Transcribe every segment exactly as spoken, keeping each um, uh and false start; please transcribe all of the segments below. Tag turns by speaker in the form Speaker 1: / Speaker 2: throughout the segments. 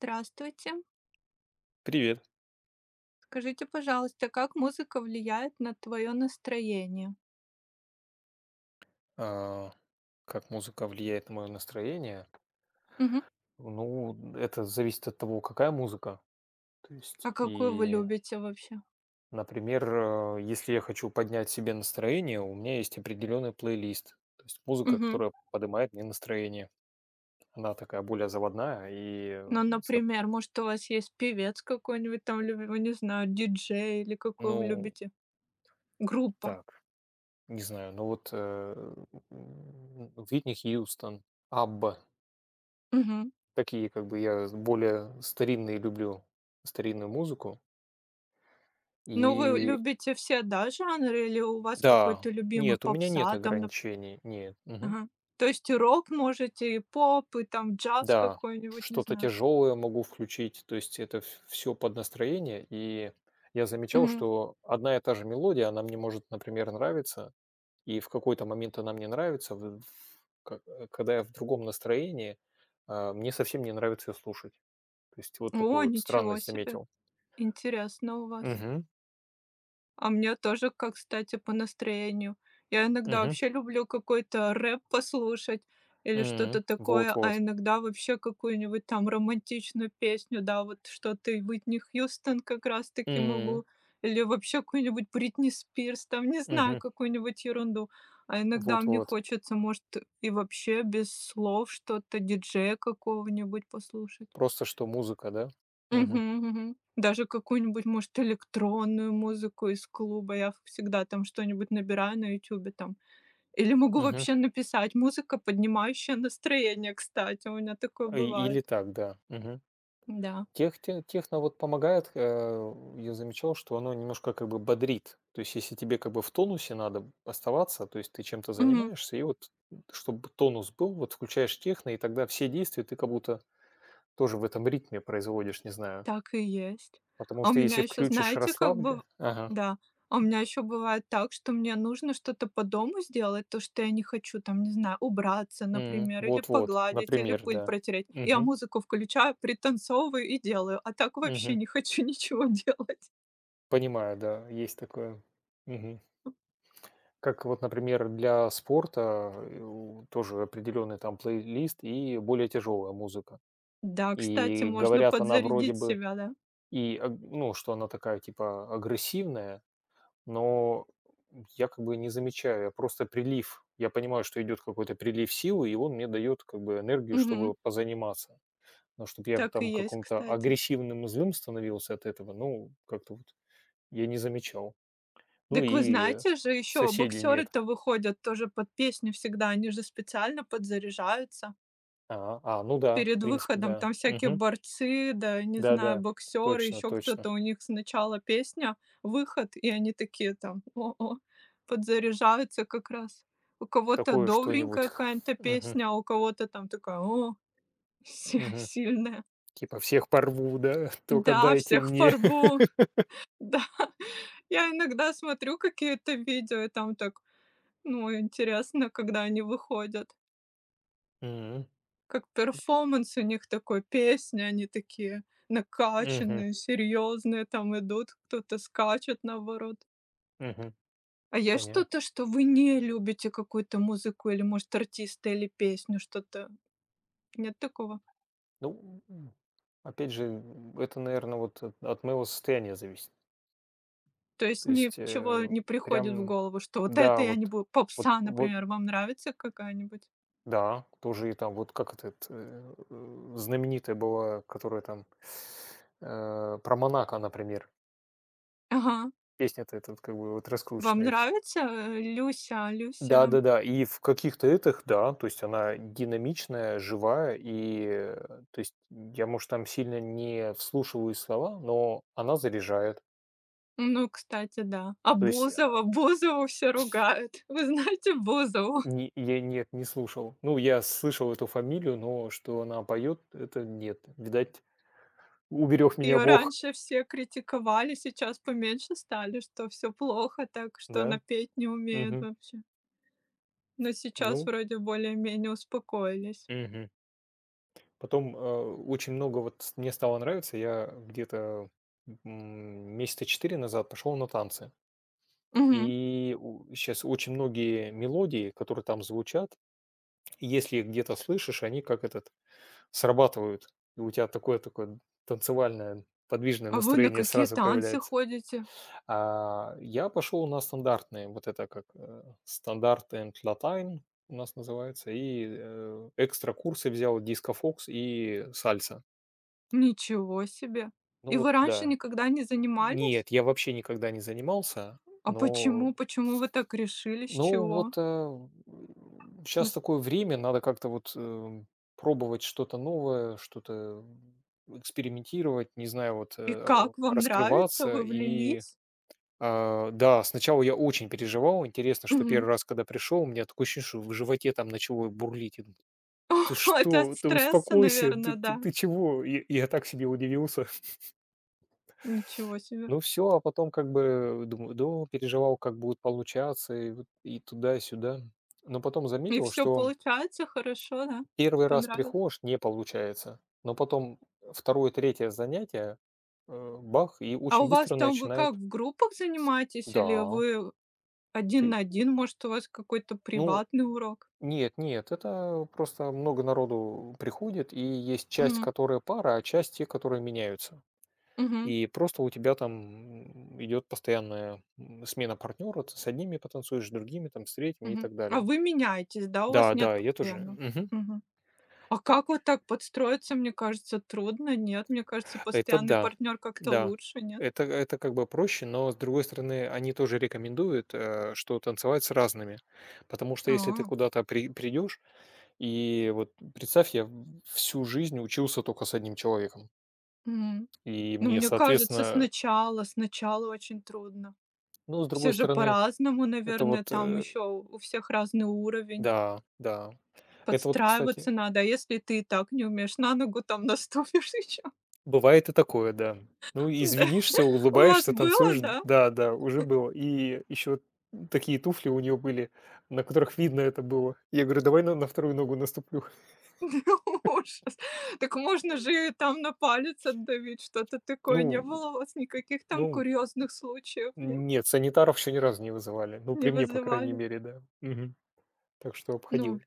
Speaker 1: Здравствуйте.
Speaker 2: Привет.
Speaker 1: Скажите, пожалуйста, как музыка влияет на твое настроение?
Speaker 2: А, Как музыка влияет на мое настроение?
Speaker 1: Мгм.
Speaker 2: Ну, это зависит от того, какая музыка. То есть,
Speaker 1: А какую вы
Speaker 2: и,
Speaker 1: любите вообще?
Speaker 2: например, э, если я хочу поднять себе настроение, у меня есть определенный плейлист. То есть музыка,
Speaker 1: Мгм.
Speaker 2: которая поднимает мне настроение. Она такая более заводная и, э,
Speaker 1: Ну,
Speaker 2: со-
Speaker 1: например, может, у вас есть певец какой-нибудь там любимый, не знаю, диджей или какую вы
Speaker 2: ну,
Speaker 1: любите? Группа.
Speaker 2: так, не знаю, ну вот э, м, Whitney Хьюстон, Абба,
Speaker 1: Мгм.
Speaker 2: такие как бы я более старинные люблю старинную музыку.
Speaker 1: Ну, вы
Speaker 2: И
Speaker 1: любите все, да, жанры, или у вас
Speaker 2: да,
Speaker 1: какой-то любимый
Speaker 2: нет, у меня нет
Speaker 1: попса там? нап-
Speaker 2: ограничений, нет. Мгм.
Speaker 1: Ага. То есть и рок можете, и поп, и там джаз
Speaker 2: Да,
Speaker 1: какой-нибудь, не
Speaker 2: что-то
Speaker 1: знаю.
Speaker 2: тяжелое могу включить, то есть это все под настроение. И я замечал,
Speaker 1: Мгм.
Speaker 2: что одна и та же мелодия, она мне может, например, нравиться, и в какой-то момент она мне нравится, в- в- ка- э, когда я в другом настроении, а, мне совсем не нравится ее слушать. То есть вот
Speaker 1: О,
Speaker 2: такую вот
Speaker 1: ничего
Speaker 2: странность
Speaker 1: себе.
Speaker 2: заметил.
Speaker 1: Интересно у вас.
Speaker 2: Угу,
Speaker 1: А мне тоже, как кстати, по настроению. Я иногда
Speaker 2: угу,
Speaker 1: вообще люблю какой-то рэп послушать или что-то такое, а
Speaker 2: вот-вот.
Speaker 1: иногда вообще какую-нибудь там романтичную песню, да, вот что-то и Уитни Хьюстон как раз-таки
Speaker 2: М,
Speaker 1: могу, или вообще какую-нибудь Бритни Спирс, там, не знаю,
Speaker 2: мгм,
Speaker 1: какую-нибудь ерунду. А иногда мне
Speaker 2: вот-вот.
Speaker 1: хочется, может, и вообще без слов что-то, диджея какого-нибудь послушать.
Speaker 2: Просто что музыка, да? Мгм.
Speaker 1: Мгм, мгм. Даже какую-нибудь, может, электронную музыку из клуба. Я всегда там что-нибудь набираю на "Ютубе" там. Или могу
Speaker 2: Мгм.
Speaker 1: вообще написать: "Музыка, поднимающая настроение". Кстати, у меня такое
Speaker 2: А, и или
Speaker 1: бывает.
Speaker 2: так, да. Мгм.
Speaker 1: Да.
Speaker 2: Тех те техно вот помогает, э, я замечал, что оно немножко как бы бодрит. То есть, если тебе как бы в тонусе надо оставаться, то есть ты чем-то
Speaker 1: Мгм.
Speaker 2: занимаешься, и вот, чтобы тонус был, вот включаешь техно, и тогда все действия ты как будто тоже в этом ритме производишь, не знаю.
Speaker 1: Так и есть.
Speaker 2: Потому
Speaker 1: А у
Speaker 2: что
Speaker 1: меня
Speaker 2: если
Speaker 1: еще,
Speaker 2: включишь
Speaker 1: знаете, как бы
Speaker 2: расслабля ага.
Speaker 1: да, а у меня еще бывает так, что мне нужно что-то по дому сделать, то, что я не хочу, там, не знаю, убраться,
Speaker 2: М.
Speaker 1: например, или
Speaker 2: Вот-вот.
Speaker 1: погладить, или
Speaker 2: Например,
Speaker 1: пыль
Speaker 2: да.
Speaker 1: протереть. Я
Speaker 2: Мгм.
Speaker 1: музыку включаю, пританцовываю и делаю, а так вообще
Speaker 2: Мгм.
Speaker 1: не хочу ничего делать.
Speaker 2: Понимаю, да, есть такое. Мгм. Как вот, например, для спорта, э, у тоже определенный там плейлист и более тяжелая музыка.
Speaker 1: Да, кстати,
Speaker 2: И
Speaker 1: можно
Speaker 2: говорят, она вроде
Speaker 1: подзарядить
Speaker 2: бы
Speaker 1: себя, да.
Speaker 2: и, аг ну, что она такая типа агрессивная, но я как бы не замечаю, я просто прилив. Я понимаю, что идет какой-то прилив силы, и он мне дает как бы энергию,
Speaker 1: Мгм.
Speaker 2: чтобы позаниматься. Но чтобы я
Speaker 1: Так и
Speaker 2: там
Speaker 1: есть,
Speaker 2: каком-то
Speaker 1: кстати.
Speaker 2: агрессивным и злым становился от этого, ну, как-то вот я не замечал. Ну
Speaker 1: Так вы
Speaker 2: и э,
Speaker 1: знаете же, еще
Speaker 2: соседи нет.
Speaker 1: боксеры-то выходят тоже под песню всегда, они же специально подзаряжаются.
Speaker 2: А, а, ну да, в
Speaker 1: Перед
Speaker 2: принципе,
Speaker 1: выходом
Speaker 2: да.
Speaker 1: там всякие
Speaker 2: Мгм.
Speaker 1: борцы, да, не знаю,
Speaker 2: Да-да,
Speaker 1: боксеры,
Speaker 2: точно,
Speaker 1: еще
Speaker 2: точно.
Speaker 1: кто-то, у них сначала песня, выход, и они такие там о-о, подзаряжаются как раз. У кого-то
Speaker 2: Такое что-нибудь.
Speaker 1: добренькая
Speaker 2: Х
Speaker 1: какая-то
Speaker 2: Мгм,
Speaker 1: песня, а у кого-то там такая: "О, си
Speaker 2: мгм.
Speaker 1: сильная".
Speaker 2: Типа: "Всех порву, да? Только
Speaker 1: Да,
Speaker 2: дайте
Speaker 1: всех
Speaker 2: мне".
Speaker 1: порву. Да, я иногда смотрю какие-то видео, и там так, ну, интересно, когда они выходят.
Speaker 2: М.
Speaker 1: Как перформанс у них такой, песни, они такие
Speaker 2: Мгм,
Speaker 1: накачанные, серьезные, там идут, кто-то скачет наоборот.
Speaker 2: мгм.
Speaker 1: А есть
Speaker 2: Понятно.
Speaker 1: что-то, что вы не любите, какую-то музыку или, может, артиста или песню, что-то? Нет такого?
Speaker 2: Ну, м, опять же, м, это, наверное, вот от от моего состояния зависит.
Speaker 1: То есть
Speaker 2: То есть,
Speaker 1: ничего
Speaker 2: э,
Speaker 1: не приходит в
Speaker 2: прям,
Speaker 1: голову, что вот это
Speaker 2: да,
Speaker 1: я не
Speaker 2: вот
Speaker 1: буду
Speaker 2: вот
Speaker 1: попса,
Speaker 2: вот,
Speaker 1: например, вам нравится какая-нибудь?
Speaker 2: да, тоже и там вот как этот, э, э, знаменитая была, которая там, э, про Монако, например.
Speaker 1: Ага.
Speaker 2: Песня-то эта вот как бы вот
Speaker 1: Вам
Speaker 2: раскрученная их.
Speaker 1: нравится, э, Люся, Люся?
Speaker 2: Да-да-да, и в каких-то этих, да, то есть она динамичная, живая, и, э, то есть я, может, там сильно не вслушиваюсь в слова, но она заряжает.
Speaker 1: Ну, кстати, да. А
Speaker 2: То есть а,
Speaker 1: Бузова? Бузову все ругают. Вы знаете Бузову?
Speaker 2: не я нет, не слушал. Ну, я слышал эту фамилию, но что она поет, это нет. Видать, уберег меня
Speaker 1: Ее
Speaker 2: Бог.
Speaker 1: раньше все критиковали, сейчас поменьше стали, что все плохо так, что она
Speaker 2: Да.
Speaker 1: петь не умеет
Speaker 2: Мгм.
Speaker 1: вообще. Но сейчас
Speaker 2: Ну,
Speaker 1: вроде более-менее успокоились.
Speaker 2: мгм. Потом, э, очень много вот с мне стало нравиться. Я где-то, м, месяца четыре назад пошел на танцы.
Speaker 1: Мгм.
Speaker 2: И сейчас очень многие мелодии, которые там звучат, если их где-то слышишь, они как этот срабатывают, и у тебя такое-такое танцевальное, подвижное
Speaker 1: А вы на
Speaker 2: настроение
Speaker 1: какие
Speaker 2: сразу
Speaker 1: танцы
Speaker 2: появляется.
Speaker 1: ходите?
Speaker 2: А, я пошел на стандартные, вот это как, э, "Стандарт энд Латайн" у нас называется, и, э, экстра курсы взял "Диско Фокс" и сальса.
Speaker 1: Ничего себе!
Speaker 2: Ну
Speaker 1: И
Speaker 2: вот
Speaker 1: вы раньше
Speaker 2: да.
Speaker 1: никогда не занимались?
Speaker 2: Нет, я вообще никогда не занимался,
Speaker 1: А
Speaker 2: но
Speaker 1: почему почему вы так решили, с
Speaker 2: ну
Speaker 1: чего?
Speaker 2: вот, сейчас
Speaker 1: Нас
Speaker 2: такое время, надо как-то вот, э, пробовать что-то новое, что-то, экспериментировать, не знаю, вот,
Speaker 1: и
Speaker 2: э,
Speaker 1: как, вам нравится,
Speaker 2: раскрываться.
Speaker 1: вы
Speaker 2: И,
Speaker 1: влились?
Speaker 2: а, да, сначала я очень переживал. Интересно, что
Speaker 1: Мгм.
Speaker 2: первый раз, когда пришел, у меня такое ощущение, что в животе там начало бурлить. Я думаю: "Ты
Speaker 1: Это от
Speaker 2: что? Ты
Speaker 1: стресса,
Speaker 2: успокойся,
Speaker 1: наверное,
Speaker 2: ты ты
Speaker 1: да.
Speaker 2: ты чего?" И я так себе удивился.
Speaker 1: Ничего себе.
Speaker 2: Ну все, а потом как бы думаю: "Да, переживал, как будет получаться". И вот и туда, и сюда. Но потом
Speaker 1: И
Speaker 2: заметил,
Speaker 1: все
Speaker 2: что
Speaker 1: получается хорошо, да?
Speaker 2: первый раз
Speaker 1: Понравилось?
Speaker 2: приходишь — не получается, но потом второе, третье занятие, э, бах, и
Speaker 1: А у
Speaker 2: очень
Speaker 1: вас
Speaker 2: быстро
Speaker 1: там вы как,
Speaker 2: начинает.
Speaker 1: в группах занимаетесь или
Speaker 2: Да,
Speaker 1: вы один
Speaker 2: ты
Speaker 1: на один? Может, у вас какой-то
Speaker 2: ну,
Speaker 1: приватный урок?
Speaker 2: нет нет, это просто много народу приходит, и есть часть,
Speaker 1: М,
Speaker 2: которая пара, а часть те, которые меняются.
Speaker 1: мгм,
Speaker 2: И просто у тебя там, м, идет постоянная, м, смена партнёра. Ты с одними потанцуешь, с другими, там, с третьими и
Speaker 1: мгм.
Speaker 2: так
Speaker 1: А
Speaker 2: далее.
Speaker 1: вы меняетесь, да? У вас
Speaker 2: Да,
Speaker 1: нет
Speaker 2: да, я тоже.
Speaker 1: постоянного?
Speaker 2: Мгм.
Speaker 1: Мгм. А как вот так подстроиться, мне кажется, трудно, нет? Мне кажется,
Speaker 2: Это
Speaker 1: постоянный
Speaker 2: да,
Speaker 1: партнер как-то
Speaker 2: да.
Speaker 1: лучше, нет?
Speaker 2: Это это как бы проще, но, с другой стороны, они тоже рекомендуют, э, что танцевать с разными. Потому что если ты
Speaker 1: А,
Speaker 2: куда-то при придешь, и вот представь, я в всю жизнь учился только с одним человеком.
Speaker 1: мгм.
Speaker 2: И
Speaker 1: Ну,
Speaker 2: мне,
Speaker 1: мне кажется,
Speaker 2: соответственно,
Speaker 1: сначала, сначала очень трудно.
Speaker 2: ну, с
Speaker 1: Все
Speaker 2: другой
Speaker 1: же
Speaker 2: стороны,
Speaker 1: по-разному,
Speaker 2: это вот,
Speaker 1: наверное, там
Speaker 2: э,
Speaker 1: еще у всех разный уровень.
Speaker 2: да, да. Это вот, кстати,
Speaker 1: Подстраиваться надо, а если ты и так не умеешь, на ногу там наступишь еще.
Speaker 2: бывает и такое, да. Ну,
Speaker 1: Да.
Speaker 2: извинишься,
Speaker 1: У вас
Speaker 2: улыбаешься,
Speaker 1: было,
Speaker 2: танцуешь.
Speaker 1: да?
Speaker 2: Да-да, уже было. И еще такие туфли у нее были, на которых видно это было. Я говорю: "Давай на на вторую ногу наступлю".
Speaker 1: Ужас. Так можно же и там на палец отдавить, что-то такое. Не
Speaker 2: Ну
Speaker 1: было у вас никаких там
Speaker 2: ну,
Speaker 1: курьезных случаев, нет?
Speaker 2: нет, санитаров еще ни разу не вызывали. Ну,
Speaker 1: Не
Speaker 2: при мне, по крайней
Speaker 1: вызывали?
Speaker 2: мере, да. Мгм. Так что
Speaker 1: Ну,
Speaker 2: обходилось.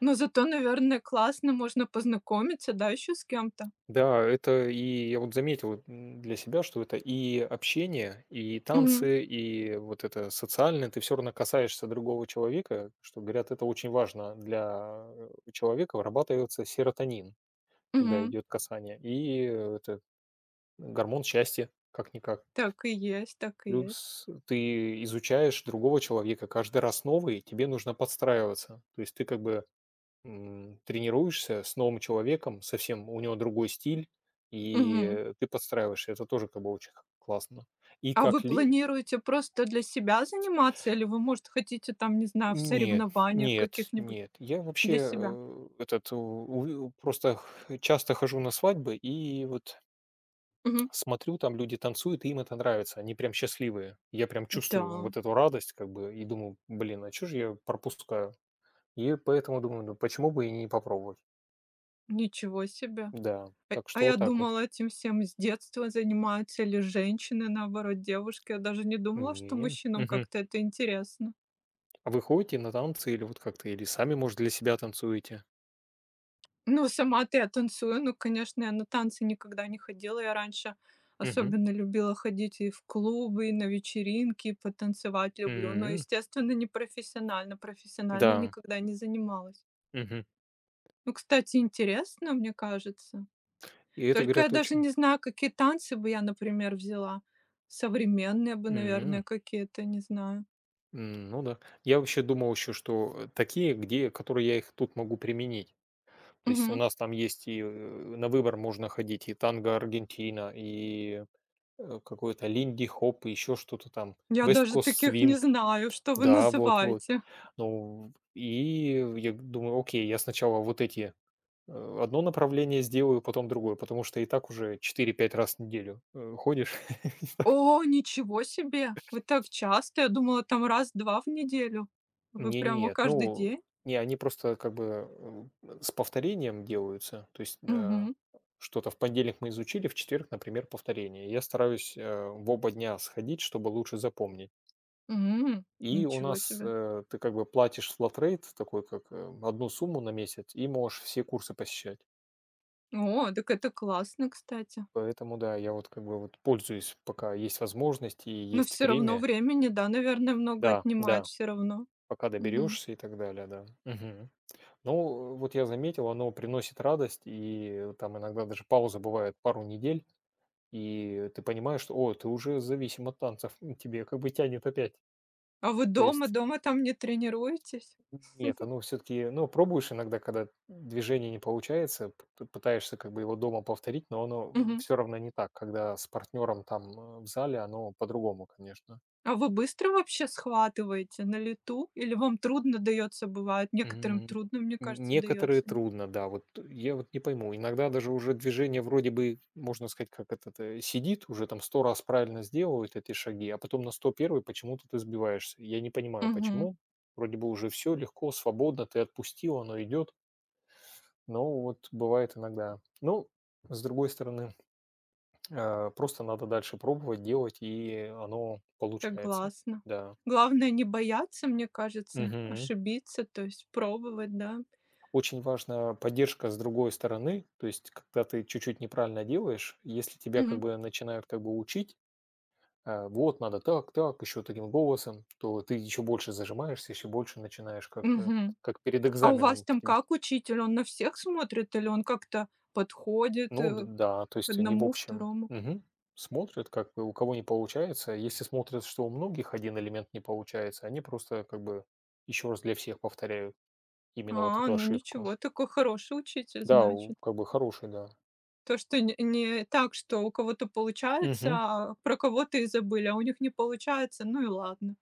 Speaker 1: но зато, наверное, классно можно познакомиться, да, еще с кем-то?
Speaker 2: Да, это и я вот заметил, м, для себя, что это и общение, и
Speaker 1: Мгм,
Speaker 2: танцы, и вот это социальное. Ты все равно касаешься другого человека, что говорят, это очень важно для э, человека. Вырабатывается серотонин, когда
Speaker 1: мгм.
Speaker 2: идет касание, и э, это гормон счастья, как никак.
Speaker 1: Так и есть, так и есть.
Speaker 2: Плюс ты изучаешь другого человека каждый раз новый, тебе нужно подстраиваться. То есть ты как бы М, тренируешься с новым человеком, совсем у него другой стиль, и
Speaker 1: Мгм.
Speaker 2: э, ты подстраиваешься. Это тоже как бы очень х классно. И
Speaker 1: А
Speaker 2: как
Speaker 1: вы
Speaker 2: ли
Speaker 1: планируете просто для себя заниматься или вы, может, хотите там, не знаю, в
Speaker 2: Нет,
Speaker 1: соревнованиях
Speaker 2: нет,
Speaker 1: каких-нибудь?
Speaker 2: нет. Я
Speaker 1: Для
Speaker 2: вообще,
Speaker 1: себя.
Speaker 2: э, этот, э, у у просто х часто хожу на свадьбы и вот
Speaker 1: Мгм.
Speaker 2: смотрю, там люди танцуют, и им это нравится. Они прям счастливые. Я прям
Speaker 1: Да,
Speaker 2: чувствую вот эту радость как бы и думаю: "Блин, а чё же я пропускаю?" И поэтому думаю: "Ну почему бы и не попробовать?"
Speaker 1: ничего себе.
Speaker 2: Да,
Speaker 1: А
Speaker 2: так
Speaker 1: а
Speaker 2: что
Speaker 1: я
Speaker 2: вот так вот.
Speaker 1: думала, этим всем с детства занимаются или женщины, наоборот, девушки. Я даже не думала, что
Speaker 2: Не-не.
Speaker 1: мужчинам как-то это интересно.
Speaker 2: А вы ходите на танцы или вот как-то, или сами, может, для себя танцуете?
Speaker 1: Ну, сама-то я танцую, ну, конечно, я на танцы никогда не ходила. Я раньше
Speaker 2: Мгм.
Speaker 1: особенно любила ходить и в клубы, и на вечеринки, и потанцевать люблю. Но,
Speaker 2: М.
Speaker 1: естественно, не профессионально. Профессионально
Speaker 2: Да.
Speaker 1: никогда не занималась.
Speaker 2: Мгм.
Speaker 1: Ну, кстати, интересно, мне кажется.
Speaker 2: И это,
Speaker 1: Только я
Speaker 2: говорят,
Speaker 1: даже
Speaker 2: очень.
Speaker 1: не знаю, какие танцы бы я, например, взяла. Современные бы,
Speaker 2: М.
Speaker 1: наверное, какие-то, не знаю.
Speaker 2: М, ну да. Я вообще думал еще, что, э, такие, где которые я их тут могу применить. То есть у
Speaker 1: Мгм.
Speaker 2: нас там есть и, э, на выбор можно ходить и танго Аргентина, и, э, какой-то линди-хоп, и еще что-то там,
Speaker 1: Я
Speaker 2: West
Speaker 1: даже
Speaker 2: Coast
Speaker 1: таких не
Speaker 2: Swing.
Speaker 1: знаю, что вы
Speaker 2: Да, вот вот.
Speaker 1: называете.
Speaker 2: Ну, и я думаю: "Окей". Я сначала вот эти Э, одно направление сделаю, потом другое, потому что и так уже четыре-пять раз в неделю, э, ходишь.
Speaker 1: О, ничего себе! Вы так часто? Я думала, там раз-два в неделю. Вы
Speaker 2: Не не
Speaker 1: прямо
Speaker 2: нет,
Speaker 1: каждый
Speaker 2: ну,
Speaker 1: день?
Speaker 2: не, они просто как бы, э, с повторением делаются. То есть,
Speaker 1: Мгм.
Speaker 2: да, что-то в понедельник мы изучили, в четверг, например, повторение. Я стараюсь, э, в оба дня сходить, чтобы лучше запомнить.
Speaker 1: М,
Speaker 2: И у
Speaker 1: ничего
Speaker 2: нас,
Speaker 1: себе.
Speaker 2: э, ты как бы платишь флатрейт, такой как, э, одну сумму на месяц, и можешь все курсы посещать.
Speaker 1: О, так это классно, кстати.
Speaker 2: Поэтому да, я вот как бы вот пользуюсь, пока есть возможность и
Speaker 1: Но
Speaker 2: есть
Speaker 1: все равно
Speaker 2: время.
Speaker 1: времени, да, наверное, много
Speaker 2: Да,
Speaker 1: отнимает
Speaker 2: да.
Speaker 1: все равно.
Speaker 2: Пока
Speaker 1: Мгм.
Speaker 2: доберешься и так далее, да. Мгм. Ну, вот я заметил, оно приносит радость, и там иногда даже пауза бывает пару недель, и ты понимаешь, что, о, ты уже зависим от танцев, тебе как бы тянет опять.
Speaker 1: А вы
Speaker 2: То
Speaker 1: дома
Speaker 2: есть
Speaker 1: дома там не тренируетесь?
Speaker 2: нет, оно все таки, ну, пробуешь иногда, когда движение не получается, п п пытаешься как бы его дома повторить, но оно
Speaker 1: Мгм.
Speaker 2: все равно не так, когда с партнером там, э, в зале, оно по-другому, конечно.
Speaker 1: А вы быстро вообще схватываете на лету или вам трудно дается бывает? Некоторым
Speaker 2: М,
Speaker 1: трудно, мне кажется,
Speaker 2: некоторые
Speaker 1: дается. Нет?
Speaker 2: трудно, да. Вот э, я вот не пойму, иногда даже уже движение вроде бы, можно сказать, как этот, э, сидит, уже там сто раз правильно сделают эти шаги, а потом на сто первый почему-то ты сбиваешься. Я не понимаю,
Speaker 1: Мгм.
Speaker 2: почему. Вроде бы уже все легко, свободно, ты отпустил, оно идет. Но вот бывает иногда. Ну, с другой стороны, а, просто надо дальше пробовать, делать, и оно получается.
Speaker 1: Согласна.
Speaker 2: Да.
Speaker 1: Главное не бояться, мне кажется,
Speaker 2: Мгм.
Speaker 1: ошибиться, то есть пробовать, да.
Speaker 2: Очень важна поддержка с другой стороны. То есть, когда ты чуть-чуть неправильно делаешь, если тебя как
Speaker 1: Мгм.
Speaker 2: бы начинают как бы учить, э, вот надо так, так, еще таким голосом, то ты еще больше зажимаешься, еще больше начинаешь как, э,
Speaker 1: Мгм.
Speaker 2: как перед
Speaker 1: А у вас
Speaker 2: экзаменом
Speaker 1: там
Speaker 2: в тебя.
Speaker 1: как учитель? Он на всех смотрит или он как-то подходит,
Speaker 2: Ну д-
Speaker 1: э,
Speaker 2: да, то
Speaker 1: к
Speaker 2: есть они в
Speaker 1: одному,
Speaker 2: общем,
Speaker 1: второму?
Speaker 2: мгм, смотрят, как бы у кого не получается. Если смотрят, что у многих один элемент не получается, они просто как бы еще раз для всех повторяют именно вот
Speaker 1: А,
Speaker 2: эту
Speaker 1: ну
Speaker 2: ошибку.
Speaker 1: ничего, такой хороший учитель,
Speaker 2: Да, у-
Speaker 1: значит.
Speaker 2: как бы хороший, да.
Speaker 1: То, что не не так, что у кого-то получается,
Speaker 2: Мгм.
Speaker 1: а про кого-то и забыли, а у них не получается, ну и ладно.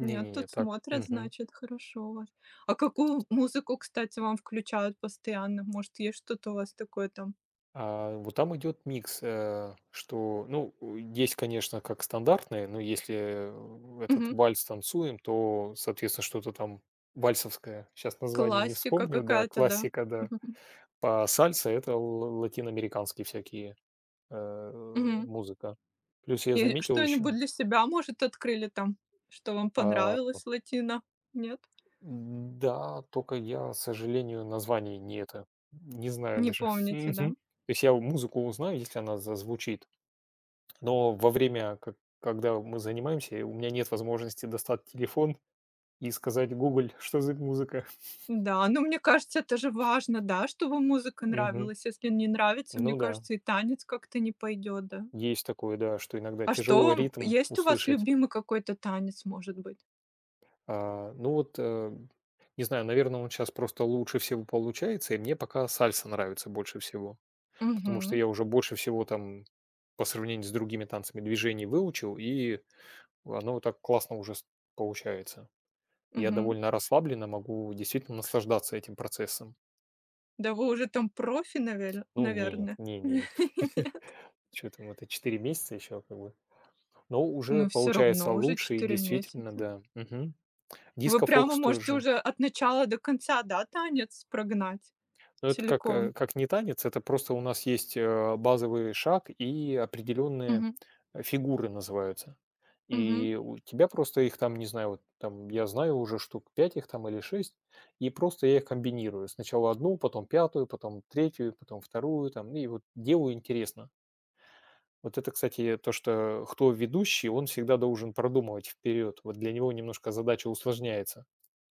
Speaker 1: Нет, тут
Speaker 2: так,
Speaker 1: смотрят,
Speaker 2: мгм.
Speaker 1: значит, хорошо у вас. А какую музыку, кстати, вам включают постоянно? Может, есть что-то у вас такое там?
Speaker 2: А, вот там идет микс, э, что, ну, у есть, конечно, как стандартные, но если, э, этот
Speaker 1: Мгм.
Speaker 2: вальс танцуем, то, соответственно, что-то там вальсовское. Сейчас название не
Speaker 1: Классика
Speaker 2: вспомню, да,
Speaker 1: какая-то, да?
Speaker 2: классика, да.
Speaker 1: Мгм.
Speaker 2: По сальса это л латиноамериканские всякие, э,
Speaker 1: Мгм.
Speaker 2: музыка. Плюс я
Speaker 1: И
Speaker 2: заметил еще,
Speaker 1: что-нибудь для себя, может, открыли там, что вам
Speaker 2: а,
Speaker 1: понравилось латино? Нет?
Speaker 2: да, только я, к сожалению, названий не это, не знаю
Speaker 1: Не
Speaker 2: даже.
Speaker 1: помните, да?
Speaker 2: Мгм. То есть я музыку узнаю, если она зазвучит. Но во время, ко когда мы занимаемся, у меня нет возможности достать телефон и сказать: "Google, что за музыка?"
Speaker 1: Да, ну, мне кажется, это же важно, да, чтобы музыка
Speaker 2: Мгм.
Speaker 1: нравилась. Если не нравится, мне
Speaker 2: Ну да,
Speaker 1: кажется, и танец как-то не пойдет, да.
Speaker 2: есть такое, да, что иногда
Speaker 1: А что
Speaker 2: тяжело
Speaker 1: вам
Speaker 2: ритм
Speaker 1: есть у вас
Speaker 2: услышать.
Speaker 1: любимый какой-то танец, может быть?
Speaker 2: А, ну вот, э, не знаю, наверное, он сейчас просто лучше всего получается, и мне пока сальса нравится больше всего, потому что
Speaker 1: Угу,
Speaker 2: я уже больше всего там по сравнению с другими танцами движений выучил, и оно вот так классно уже с получается. Я
Speaker 1: угу.
Speaker 2: довольно расслабленно могу действительно наслаждаться этим процессом.
Speaker 1: Да вы уже там профи, навер
Speaker 2: Ну нет,
Speaker 1: наверное.
Speaker 2: не не
Speaker 1: Нет?
Speaker 2: не, что там, это четыре месяца еще как бы. Но уже
Speaker 1: Ну, все
Speaker 2: получается
Speaker 1: равно уже
Speaker 2: лучше и
Speaker 1: четыре
Speaker 2: действительно,
Speaker 1: месяца.
Speaker 2: да. Мгм.
Speaker 1: Вы прямо
Speaker 2: Диско-фокус
Speaker 1: можете
Speaker 2: тоже.
Speaker 1: уже от начала до конца, да, танец прогнать
Speaker 2: Но это как, э,
Speaker 1: целиком?
Speaker 2: как не танец, это просто у нас есть, э, базовый шаг и определенные,
Speaker 1: Угу,
Speaker 2: э, фигуры называются.
Speaker 1: мгм.
Speaker 2: И у тебя просто их там, не знаю, вот там я знаю уже штук пять их там или шесть и просто я их комбинирую. Сначала одну, потом пятую, потом третью, потом вторую там, и вот делаю интересно. Вот это, кстати, то, что кто ведущий, он всегда должен продумывать вперед. Вот для него немножко задача усложняется.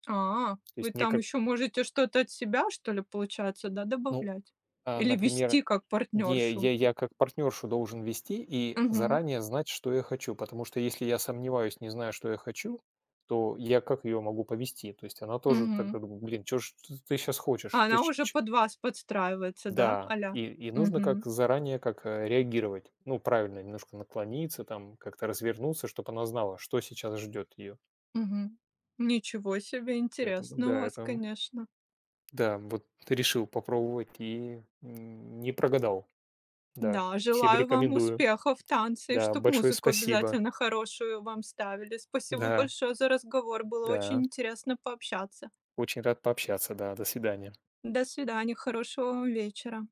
Speaker 1: А,
Speaker 2: То
Speaker 1: вы
Speaker 2: есть мне
Speaker 1: там
Speaker 2: как,
Speaker 1: еще можете что-то от себя, что ли, получается, да,
Speaker 2: ну,
Speaker 1: добавлять?
Speaker 2: а,
Speaker 1: Или
Speaker 2: например,
Speaker 1: вести как
Speaker 2: не,
Speaker 1: партнершу?
Speaker 2: я, я как партнершу должен вести и
Speaker 1: Мгм,
Speaker 2: заранее знать, что я хочу. Потому что если я сомневаюсь, не знаю, что я хочу, то я как ее могу повести? То есть она тоже
Speaker 1: мгм.
Speaker 2: тогда думает, блин, что ж ты ты сейчас
Speaker 1: А
Speaker 2: хочешь? Ты,
Speaker 1: она
Speaker 2: ч-
Speaker 1: уже
Speaker 2: ч-»
Speaker 1: под вас подстраивается, да,
Speaker 2: Да,
Speaker 1: а-ля?
Speaker 2: и, и нужно как
Speaker 1: Мгм,
Speaker 2: заранее как э, реагировать. Ну, правильно, немножко наклониться, там как-то развернуться, чтобы она знала, что сейчас ждет ее.
Speaker 1: мгм. Ничего себе,
Speaker 2: Поэтому
Speaker 1: интересно у
Speaker 2: да,
Speaker 1: вас,
Speaker 2: это
Speaker 1: конечно.
Speaker 2: да, вот решил попробовать и н не прогадал. Да,
Speaker 1: Да,
Speaker 2: всем
Speaker 1: желаю вам
Speaker 2: рекомендую.
Speaker 1: успехов в танце, и
Speaker 2: Да,
Speaker 1: чтоб
Speaker 2: большое
Speaker 1: музыку
Speaker 2: спасибо.
Speaker 1: обязательно хорошую вам ставили. Спасибо
Speaker 2: Да,
Speaker 1: большое за разговор, было очень
Speaker 2: да,
Speaker 1: интересно пообщаться.
Speaker 2: очень рад пообщаться. Да, до свидания.
Speaker 1: До свидания, хорошего вам вечера.